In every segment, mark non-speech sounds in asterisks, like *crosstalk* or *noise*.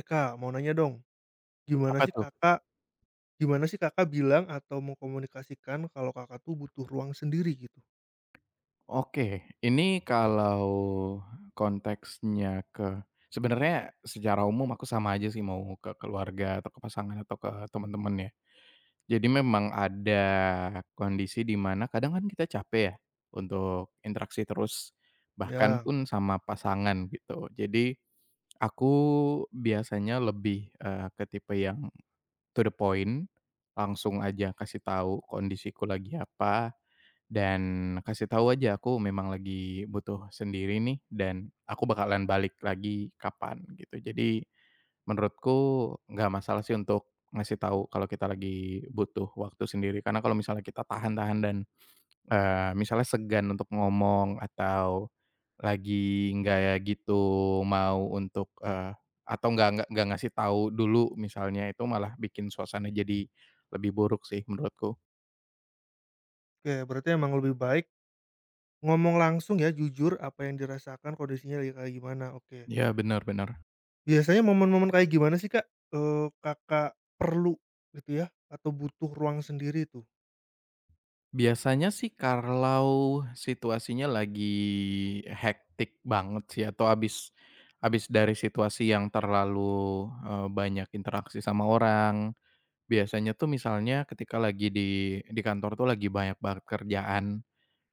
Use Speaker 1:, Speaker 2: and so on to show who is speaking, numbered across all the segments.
Speaker 1: Eh, Kak, mau nanya dong, gimana
Speaker 2: Apa
Speaker 1: sih
Speaker 2: tuh?
Speaker 1: Kakak gimana sih Kakak bilang atau mengkomunikasikan kalau Kakak tuh butuh ruang sendiri gitu?
Speaker 2: Oke, ini kalau konteksnya sebenarnya secara umum aku sama aja sih mau ke keluarga atau ke pasangan atau ke teman-teman ya. Jadi memang ada kondisi di mana kadang kan kita capek ya untuk interaksi terus, bahkan
Speaker 1: Ya,
Speaker 2: pun sama pasangan gitu. Jadi aku biasanya lebih, ke tipe yang to the point, langsung aja kasih tahu kondisiku lagi apa. Dan kasih tahu aja aku memang lagi butuh sendiri nih dan aku bakalan balik lagi kapan gitu. Jadi menurutku nggak masalah sih untuk ngasih tahu kalau kita lagi butuh waktu sendiri. Karena kalau misalnya kita tahan-tahan dan, misalnya segan untuk ngomong atau lagi nggak gitu mau untuk, atau nggak ngasih tahu dulu, misalnya itu malah bikin suasana jadi lebih buruk sih menurutku.
Speaker 1: oke berarti emang lebih baik ngomong langsung ya, jujur apa yang dirasakan kondisinya lagi kayak gimana, oke.
Speaker 2: Ya benar-benar.
Speaker 1: Biasanya momen-momen kayak gimana sih, Kak, Kakak perlu gitu ya atau butuh ruang sendiri tuh?
Speaker 2: Biasanya sih kalau situasinya lagi hektik banget sih, atau abis abis dari situasi yang terlalu, banyak interaksi sama orang, biasanya tuh misalnya ketika lagi di kantor tuh lagi banyak banget kerjaan.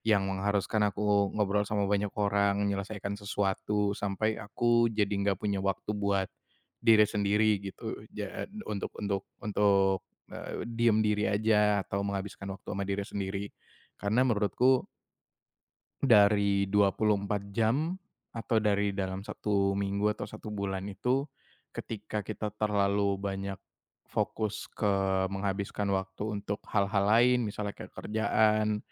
Speaker 2: Yang mengharuskan aku ngobrol sama banyak orang, menyelesaikan sesuatu, sampai aku jadi nggak punya waktu buat diri sendiri gitu, untuk, diem diri aja atau menghabiskan waktu sama diri sendiri. Karena menurutku dari 24 jam atau dari dalam satu minggu atau satu bulan itu, ketika kita terlalu banyak fokus ke menghabiskan waktu untuk hal-hal lain, misalnya kayak kerjaan,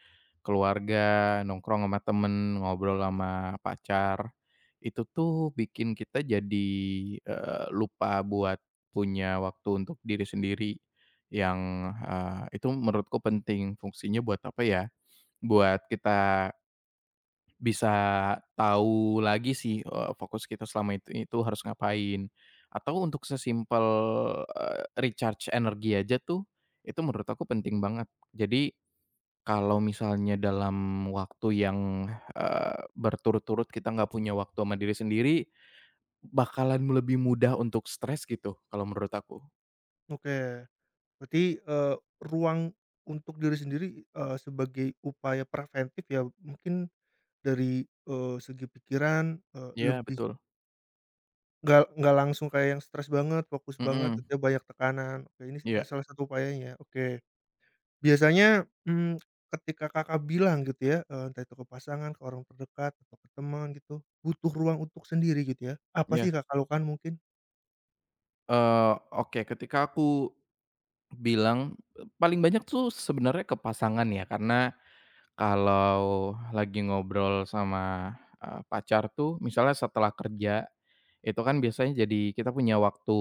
Speaker 2: keluarga, nongkrong sama temen, ngobrol sama pacar, itu tuh bikin kita jadi, lupa buat punya waktu untuk diri sendiri yang, itu menurutku penting. Fungsinya buat apa ya, buat kita bisa tahu lagi sih, fokus kita selama itu harus ngapain. Atau untuk sesimpel, recharge energi aja tuh, itu menurut aku penting banget. Jadi kalau misalnya dalam waktu yang, berturut-turut kita nggak punya waktu sama diri sendiri, bakalan lebih mudah untuk stres gitu kalau menurut aku.
Speaker 1: Oke, berarti, ruang untuk diri sendiri, sebagai upaya preventif ya mungkin dari, segi pikiran,
Speaker 2: Iya
Speaker 1: lebih
Speaker 2: betul,
Speaker 1: nggak langsung kayak yang stres banget, fokus banget
Speaker 2: mhm,
Speaker 1: gitu ya, banyak tekanan. Oke, ini
Speaker 2: iya
Speaker 1: salah satu upayanya, oke. Biasanya, ketika Kakak bilang gitu ya, entah itu ke pasangan, ke orang terdekat, atau ke teman gitu, butuh ruang untuk sendiri gitu ya, apa
Speaker 2: iya,
Speaker 1: sih Kakak lakukan mungkin?
Speaker 2: oke, ketika aku bilang, paling banyak tuh sebenarnya ke pasangan ya. Karena kalau lagi ngobrol sama, pacar tuh misalnya setelah kerja, itu kan biasanya jadi kita punya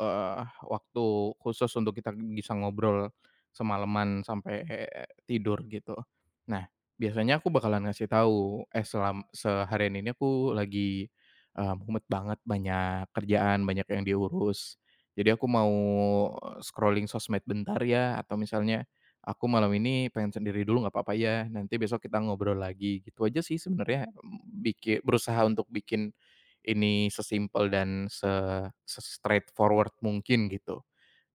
Speaker 2: eee, waktu khusus untuk kita bisa ngobrol semalaman sampai tidur gitu. Nah, biasanya aku bakalan ngasih tahu, "Eh, seharian ini aku lagi, mumet banget, banyak kerjaan, banyak yang diurus. Jadi aku mau, scrolling sosmed bentar ya," atau misalnya, "Aku malam ini pengen sendiri dulu, nggak apa-apa ya? Nanti besok kita ngobrol lagi." Gitu aja sih sebenarnya. Berusaha untuk bikin ini sesimpel dan se-straightforward mungkin gitu.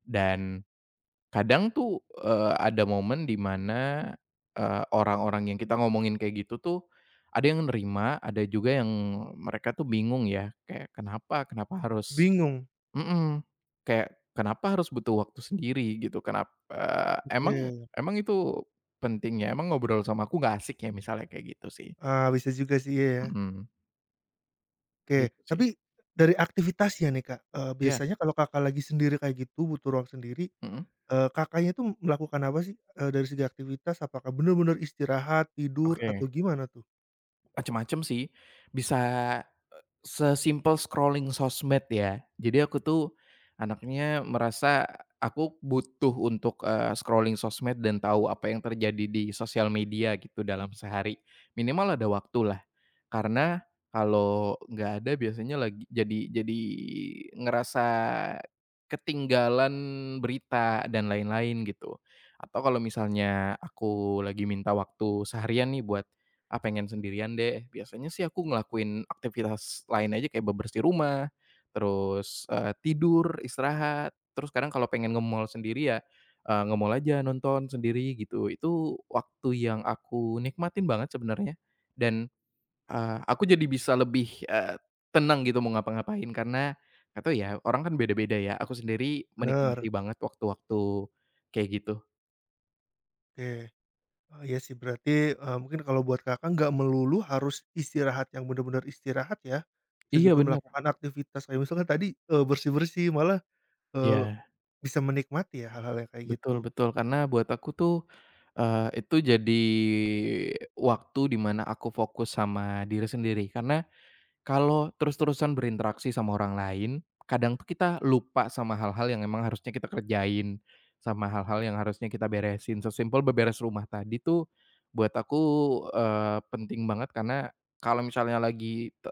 Speaker 2: Dan kadang tuh, ada momen di mana, orang-orang yang kita ngomongin kayak gitu tuh, ada yang nerima, ada juga yang mereka tuh bingung ya, kayak, "Kenapa? Kenapa harus…"
Speaker 1: Bingung?
Speaker 2: Mhm, kayak, "Kenapa harus butuh waktu sendiri gitu? Kenapa
Speaker 1: Oke,
Speaker 2: emang emang itu penting ya? Emang ngobrol sama aku nggak asik ya?" Misalnya kayak gitu sih.
Speaker 1: ah, bisa juga sih, iya ya.
Speaker 2: Mhm,
Speaker 1: Oke,
Speaker 2: gitu sih.
Speaker 1: tapi dari aktivitasnya nih Kak,
Speaker 2: Iya,
Speaker 1: biasanya kalau Kakak lagi sendiri kayak gitu, butuh ruang sendiri,
Speaker 2: mhm,
Speaker 1: Kakaknya itu melakukan apa sih, dari segi aktivitas? Apakah bener-bener istirahat, tidur, atau
Speaker 2: oke.
Speaker 1: gimana tuh?
Speaker 2: Macem-macem sih, bisa sesimpel scrolling sosmed ya. Jadi aku tuh anaknya merasa aku butuh untuk, scrolling sosmed dan tahu apa yang terjadi di sosial media gitu dalam sehari. Minimal ada waktulah. Karena kalau nggak ada biasanya lagi jadi ngerasa ketinggalan berita dan lain-lain gitu. Atau kalau misalnya aku lagi minta waktu seharian nih buat, ah, pengen sendirian deh. Biasanya sih aku ngelakuin aktivitas lain aja kayak bebersih rumah, terus, tidur, istirahat, terus kadang kalau pengen nge-mall sendiri ya, nge-mall aja, nonton sendiri gitu. Itu waktu yang aku nikmatin banget sebenarnya, dan, aku jadi bisa lebih, tenang gitu mau ngapa-ngapain. Karena atau ya, orang kan beda-beda ya, aku sendiri
Speaker 1: Bener,
Speaker 2: menikmati banget waktu-waktu kayak gitu.
Speaker 1: oke. Oh iya sih berarti, mungkin kalau buat Kakak nggak melulu harus istirahat yang bener-bener istirahat ya, bisa
Speaker 2: Iya
Speaker 1: juga
Speaker 2: benar.
Speaker 1: melakukan aktivitas kayak misalkan tadi, bersih-bersih, malah, eee,
Speaker 2: Iya.
Speaker 1: bisa menikmati ya hal-hal yang kayak
Speaker 2: Betul
Speaker 1: gitu.
Speaker 2: betul, karena buat aku tuh, itu jadi waktu dimana aku fokus sama diri sendiri. Karena kalau terus-terusan berinteraksi sama orang lain, kadang tuh kita lupa sama hal-hal yang emang harusnya kita kerjain, sama hal-hal yang harusnya kita beresin. Sesimpel beberes rumah tadi tuh buat aku, penting banget. Karena kalau misalnya lagi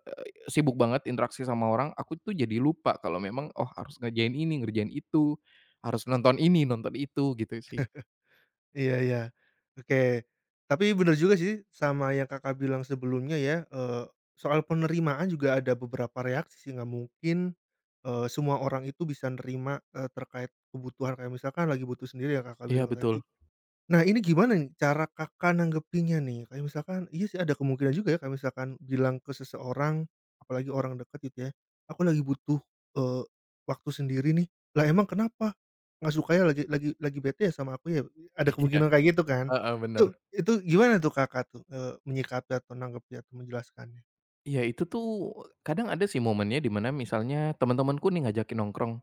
Speaker 2: sibuk banget interaksi sama orang, aku tuh jadi lupa kalau memang, oh, harus ngerjain ini, ngerjain itu, harus nonton ini, nonton itu, gitu sih.
Speaker 1: Iya iya. Oke. Tapi bener juga sih sama yang Kakak bilang sebelumnya ya, soal penerimaan juga ada beberapa reaksi sih, nggak mungkin, semua orang itu bisa nerima, terkait kebutuhan kayak misalkan lagi butuh sendiri yang Kakak
Speaker 2: Iya
Speaker 1: bilang tadi.
Speaker 2: betul.
Speaker 1: Nah, ini gimana nih cara Kakak nanggepinnya nih? Kayak misalkan iya sih ada kemungkinan juga ya, kayak misalkan bilang ke seseorang, apalagi orang dekat gitu ya, "Aku lagi butuh, eee, waktu sendiri nih." "Lah emang kenapa? Nggak suka ya lagi lagi bete ya sama aku ya?" Ada
Speaker 2: *laughs* Iya,
Speaker 1: kemungkinan kayak gitu kan.
Speaker 2: heeh,
Speaker 1: Itu
Speaker 2: bener.
Speaker 1: itu gimana tuh Kakak tuh, menyikapi atau nanggepi atau menjelaskannya?
Speaker 2: Iya, itu tuh kadang ada sih momennya di mana misalnya teman-temanku nih ngajakin nongkrong,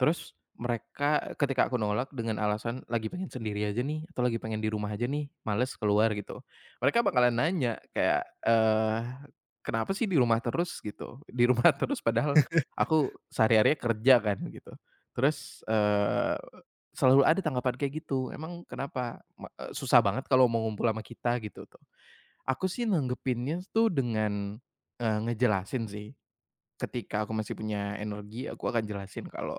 Speaker 2: terus mereka ketika aku nolak dengan alasan lagi pengen sendiri aja nih atau lagi pengen di rumah aja nih, males keluar gitu. Mereka bakalan nanya kayak, "Kenapa sih di rumah terus?" gitu. "Di rumah *laughs* terus," padahal aku sehari hari kerja kan gitu. Terus, selalu ada tanggapan kayak gitu, "Emang kenapa? Susah banget kalau mau ngumpul sama kita?" Gitu. Aku sih nanggepinnya tuh dengan, ngejelasin sih. Ketika aku masih punya energi, aku akan jelasin kalau,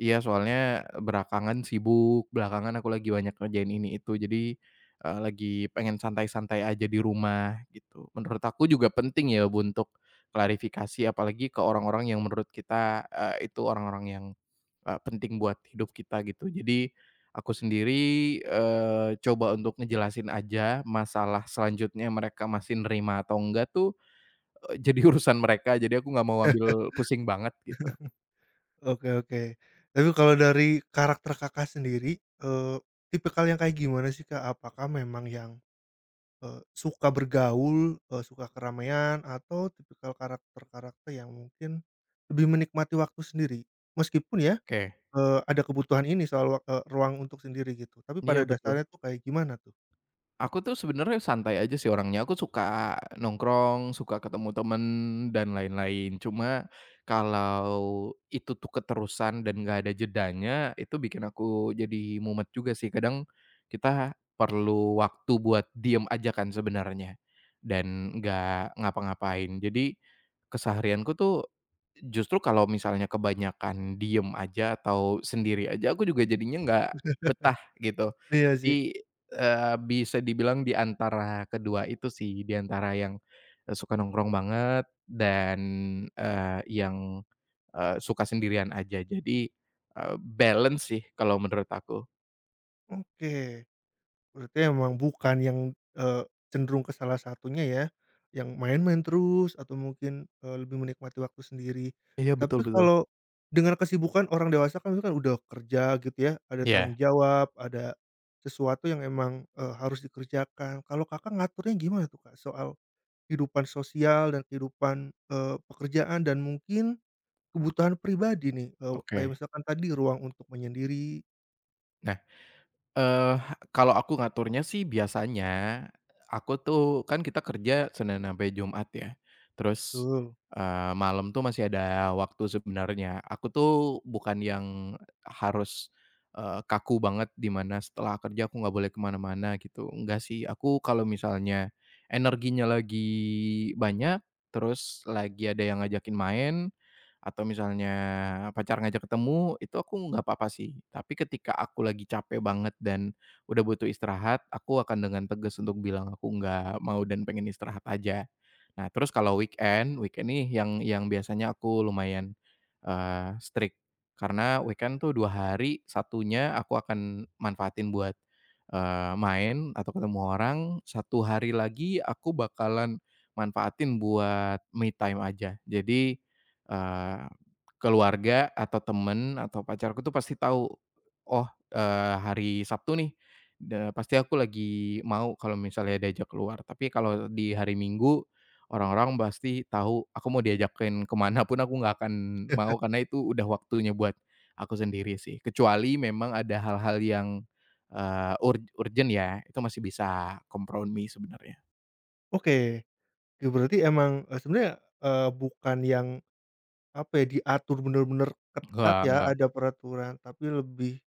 Speaker 2: "Iya, soalnya belakangan sibuk, belakangan aku lagi banyak ngerjain ini itu, jadi, lagi pengen santai-santai aja di rumah," gitu. Menurut aku juga penting ya untuk klarifikasi, apalagi ke orang-orang yang menurut kita, itu orang-orang yang, penting buat hidup kita, gitu. Jadi, aku sendiri, coba untuk ngejelasin aja. Masalah selanjutnya mereka masih nerima atau enggak tuh, jadi urusan mereka, jadi aku nggak mau ambil pusing banget gitu.
Speaker 1: Oke oke. Tapi kalau dari karakter Kakak sendiri, tipikal yang kayak gimana sih Kak? Apakah memang yang suka bergaul, suka keramaian atau tipikal karakter-karakter yang mungkin lebih menikmati waktu sendiri. Meskipun ya,
Speaker 2: Oke,
Speaker 1: ada kebutuhan ini soal ruang untuk sendiri gitu, tapi
Speaker 2: iya
Speaker 1: pada
Speaker 2: betul.
Speaker 1: dasarnya tuh kayak gimana tuh?
Speaker 2: Aku tuh sebenarnya santai aja sih orangnya, aku suka nongkrong, suka ketemu temen, dan lain-lain. Cuma kalau itu tuh keterusan dan nggak ada jedanya, itu bikin aku jadi mumet juga sih. Kadang kita perlu waktu buat diem aja kan sebenarnya, dan nggak ngapa-ngapain. Jadi keseharianku tuh justru kalau misalnya kebanyakan diem aja atau sendiri aja, aku juga jadinya nggak betah gitu.
Speaker 1: Iya sih.
Speaker 2: Jadi, bisa dibilang di antara kedua itu sih, di antara yang, suka nongkrong banget, dan, yang, suka sendirian aja. Jadi, balance sih kalau menurut aku.
Speaker 1: Oke. Berarti emang bukan yang, eee, cenderung ke salah satunya ya, yang main-main terus atau mungkin, lebih menikmati waktu sendiri.
Speaker 2: Iya, betul
Speaker 1: Tapi
Speaker 2: betul.
Speaker 1: kalau dengan kesibukan orang dewasa kan itu kan udah kerja gitu ya, ada
Speaker 2: Iya,
Speaker 1: tanggung jawab, ada sesuatu yang emang, harus dikerjakan. Kalau Kakak ngaturnya gimana tuh, Kak, soal kehidupan sosial dan kehidupan, pekerjaan dan mungkin kebutuhan pribadi nih, kayak
Speaker 2: oke.
Speaker 1: misalkan tadi ruang untuk menyendiri,
Speaker 2: Nah Eee, kalau aku ngaturnya sih biasanya, aku tuh kan kita kerja Senin sampai Jumat ya, terus,
Speaker 1: betul.
Speaker 2: malam tuh masih ada waktu sebenarnya. Aku tuh bukan yang harus, kaku banget di mana setelah kerja aku nggak boleh kemana mana-mana gitu, enggak sih. Aku kalau misalnya energinya lagi banyak, terus lagi ada yang ngajakin main, atau misalnya pacar ngajak ketemu, itu aku nggak apa-apa sih. Tapi ketika aku lagi capek banget dan udah butuh istirahat, aku akan dengan tegas untuk bilang aku nggak mau dan pengen istirahat aja. Nah, terus kalau weekend, nih yang biasanya aku lumayan, strict. Karena weekend tuh 2 hari, satunya aku akan manfaatin buat, main atau ketemu orang, satu hari lagi aku bakalan manfaatin buat me time aja. Jadi, Eee, keluarga atau temen atau pacarku tuh pasti tahu, oh, hari Sabtu nih, pasti aku lagi mau kalau misalnya diajak keluar. Tapi kalau di hari Minggu, orang-orang pasti tahu aku mau diajakin kemana pun aku nggak akan mau, karena itu udah waktunya buat aku sendiri sih. Kecuali memang ada hal-hal yang, urgent ya, itu masih bisa kompromi sebenarnya.
Speaker 1: Oke. Ya berarti emang, sebenarnya, bukan yang, apa ya, diatur bener-bener ketat
Speaker 2: Enggak
Speaker 1: ya,
Speaker 2: enggak
Speaker 1: ada peraturan, tapi lebih,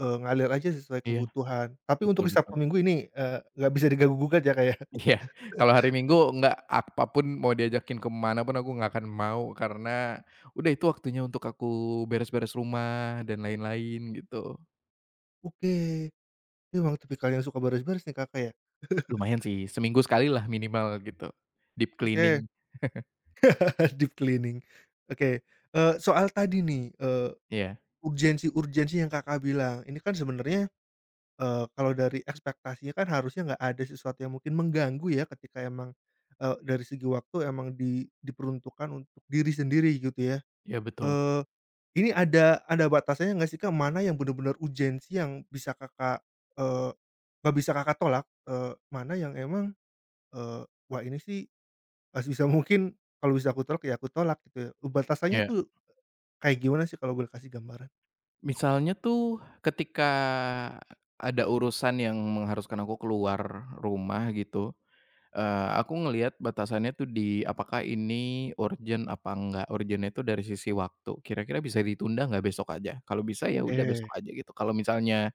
Speaker 1: ngalir aja sesuai
Speaker 2: iya,
Speaker 1: kebutuhan. Tapi untuk
Speaker 2: betul
Speaker 1: di Sabtu
Speaker 2: betul.
Speaker 1: Minggu ini, nggak bisa diganggu gugat ya, Kak, ya? *laughs*
Speaker 2: Iya, kalau hari Minggu nggak apapun mau diajakin ke mana pun aku nggak akan mau karena udah itu waktunya untuk aku beres-beres rumah dan lain-lain gitu.
Speaker 1: Oke, ini memang tipikal yang suka beres-beres nih Kakak ya? *laughs*
Speaker 2: Lumayan sih, seminggu sekali lah minimal gitu, deep
Speaker 1: Oke,
Speaker 2: cleaning.
Speaker 1: deep cleaning. Oke, soal tadi nih,
Speaker 2: Iya,
Speaker 1: urgensi-urgensi yang Kakak bilang, ini kan sebenarnya kalau dari ekspektasinya kan harusnya nggak ada sesuatu yang mungkin mengganggu ya ketika emang, dari segi waktu emang diperuntukkan untuk diri sendiri gitu ya.
Speaker 2: iya betul.
Speaker 1: Eee, ini ada batasannya nggak sih Kak, mana yang bener urgensi yang bisa Kakak, eee, nggak bisa Kakak tolak, mana yang emang, eee, wah ini sih harus bisa mungkin kalau bisa aku tolak ya aku tolak gitu ya. Batasannya
Speaker 2: Iya,
Speaker 1: tuh kayak gimana sih kalau boleh kasih gambaran?
Speaker 2: misalnya tuh ketika ada urusan yang mengharuskan aku keluar rumah gitu. Aku ngelihat batasannya tuh di apakah ini urgent apa enggak, urgentnya itu dari sisi waktu, kira-kira bisa ditunda nggak besok aja? Kalau bisa ya udah besok
Speaker 1: Oke.
Speaker 2: aja gitu, kalau misalnya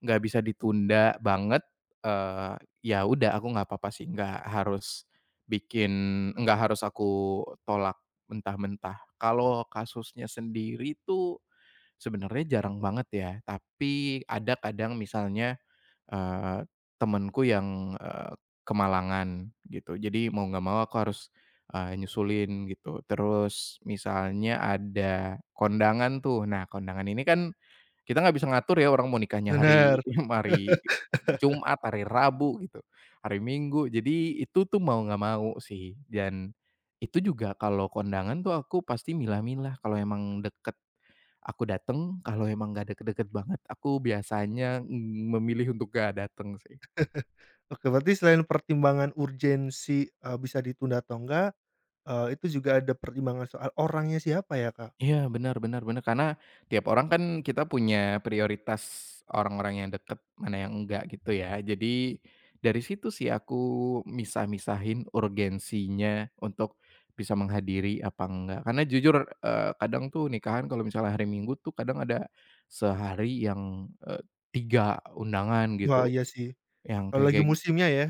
Speaker 2: nggak bisa ditunda banget, eee, ya udah aku nggak apa-apa sih, bikin nggak harus aku tolak mentah-mentah. Kalau kasusnya sendiri tuh sebenarnya jarang banget ya, tapi ada kadang misalnya, Eee, temenku yang, ke gitu. Jadi mau nggak mau aku harus, nyusulin gitu. Terus misalnya ada kondangan tuh. Nah, kondangan ini kan kita nggak bisa ngatur ya orang mau nikahnya
Speaker 1: Benar.
Speaker 2: hari *laughs* hari Jumat, hari Rabu gitu, hari Minggu. Jadi itu tuh mau nggak mau sih, dan itu juga kalau kondangan tuh aku pasti milah-milah. Kalau emang deket, aku dateng, kalau emang nggak deket-deket banget, aku biasanya, memilih untuk gak dateng sih.
Speaker 1: Oke, berarti selain pertimbangan urgensi, bisa ditunda atau enggak, itu juga ada pertimbangan soal orangnya siapa ya, Kak?
Speaker 2: Iya, benar-benar-benar, karena tiap orang kan kita punya prioritas, orang-orang yang deket, mana yang enggak gitu ya. Jadi dari situ sih aku misah-misahin urgensinya untuk bisa menghadiri apa enggak. Karena jujur, kadang tuh nikahan kalau misalnya hari Minggu tuh kadang ada sehari yang, 3 undangan gitu,
Speaker 1: Wah, iya sih,
Speaker 2: yang
Speaker 1: kalau
Speaker 2: kayak
Speaker 1: lagi
Speaker 2: kayak
Speaker 1: musimnya ya.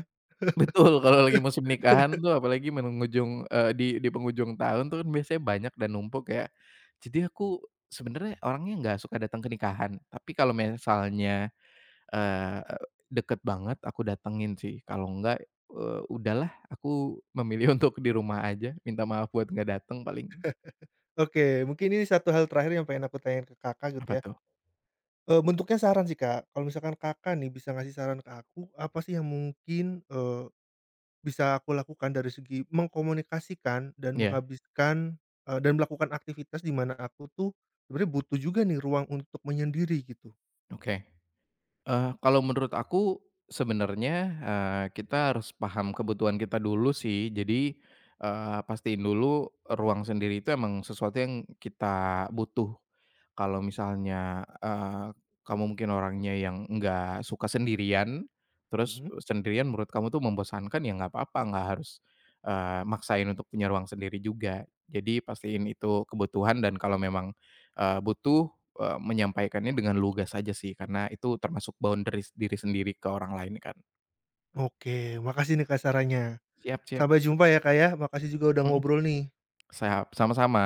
Speaker 2: Betul, kalau lagi musim nikahan tuh apalagi di penghujung tahun tuh kan biasanya banyak dan numpuk ya. Jadi aku sebenarnya orangnya nggak suka datang ke nikahan, tapi kalau misalnya, eee, deket banget aku datengin sih, kalau enggak, udahlah aku memilih *laughs* untuk di rumah aja, minta maaf buat nggak dateng paling.
Speaker 1: Oke, mungkin ini satu hal terakhir yang pengen aku tanyain ke Kakak
Speaker 2: Apa
Speaker 1: gitu ya,
Speaker 2: tuh?
Speaker 1: bentuknya saran sih, Kak. Kalau misalkan Kakak nih bisa ngasih saran ke aku, apa sih yang mungkin, bisa aku lakukan dari segi mengkomunikasikan dan
Speaker 2: Iya,
Speaker 1: menghabiskan, dan melakukan aktivitas di mana aku tuh sebenarnya butuh juga nih ruang untuk menyendiri gitu?
Speaker 2: oke. Kalau menurut aku sebenarnya, kita harus paham kebutuhan kita dulu sih. Jadi, pastiin dulu ruang sendiri itu emang sesuatu yang kita butuh. Kalau misalnya, kamu mungkin orangnya yang nggak suka sendirian, terus
Speaker 1: Mhm.
Speaker 2: sendirian menurut kamu tuh membosankan, ya nggak apa-apa, nggak harus, maksain untuk punya ruang sendiri juga. Jadi pastiin itu kebutuhan, dan kalau memang, butuh, menyampaikannya dengan lugas aja sih, karena itu termasuk boundaries diri sendiri ke orang lain kan.
Speaker 1: Oke, makasih nih Kak sarannya.
Speaker 2: Siap siap.
Speaker 1: Sampai jumpa ya Kak ya, makasih juga udah
Speaker 2: Mhm,
Speaker 1: ngobrol nih.
Speaker 2: siap, sama-sama.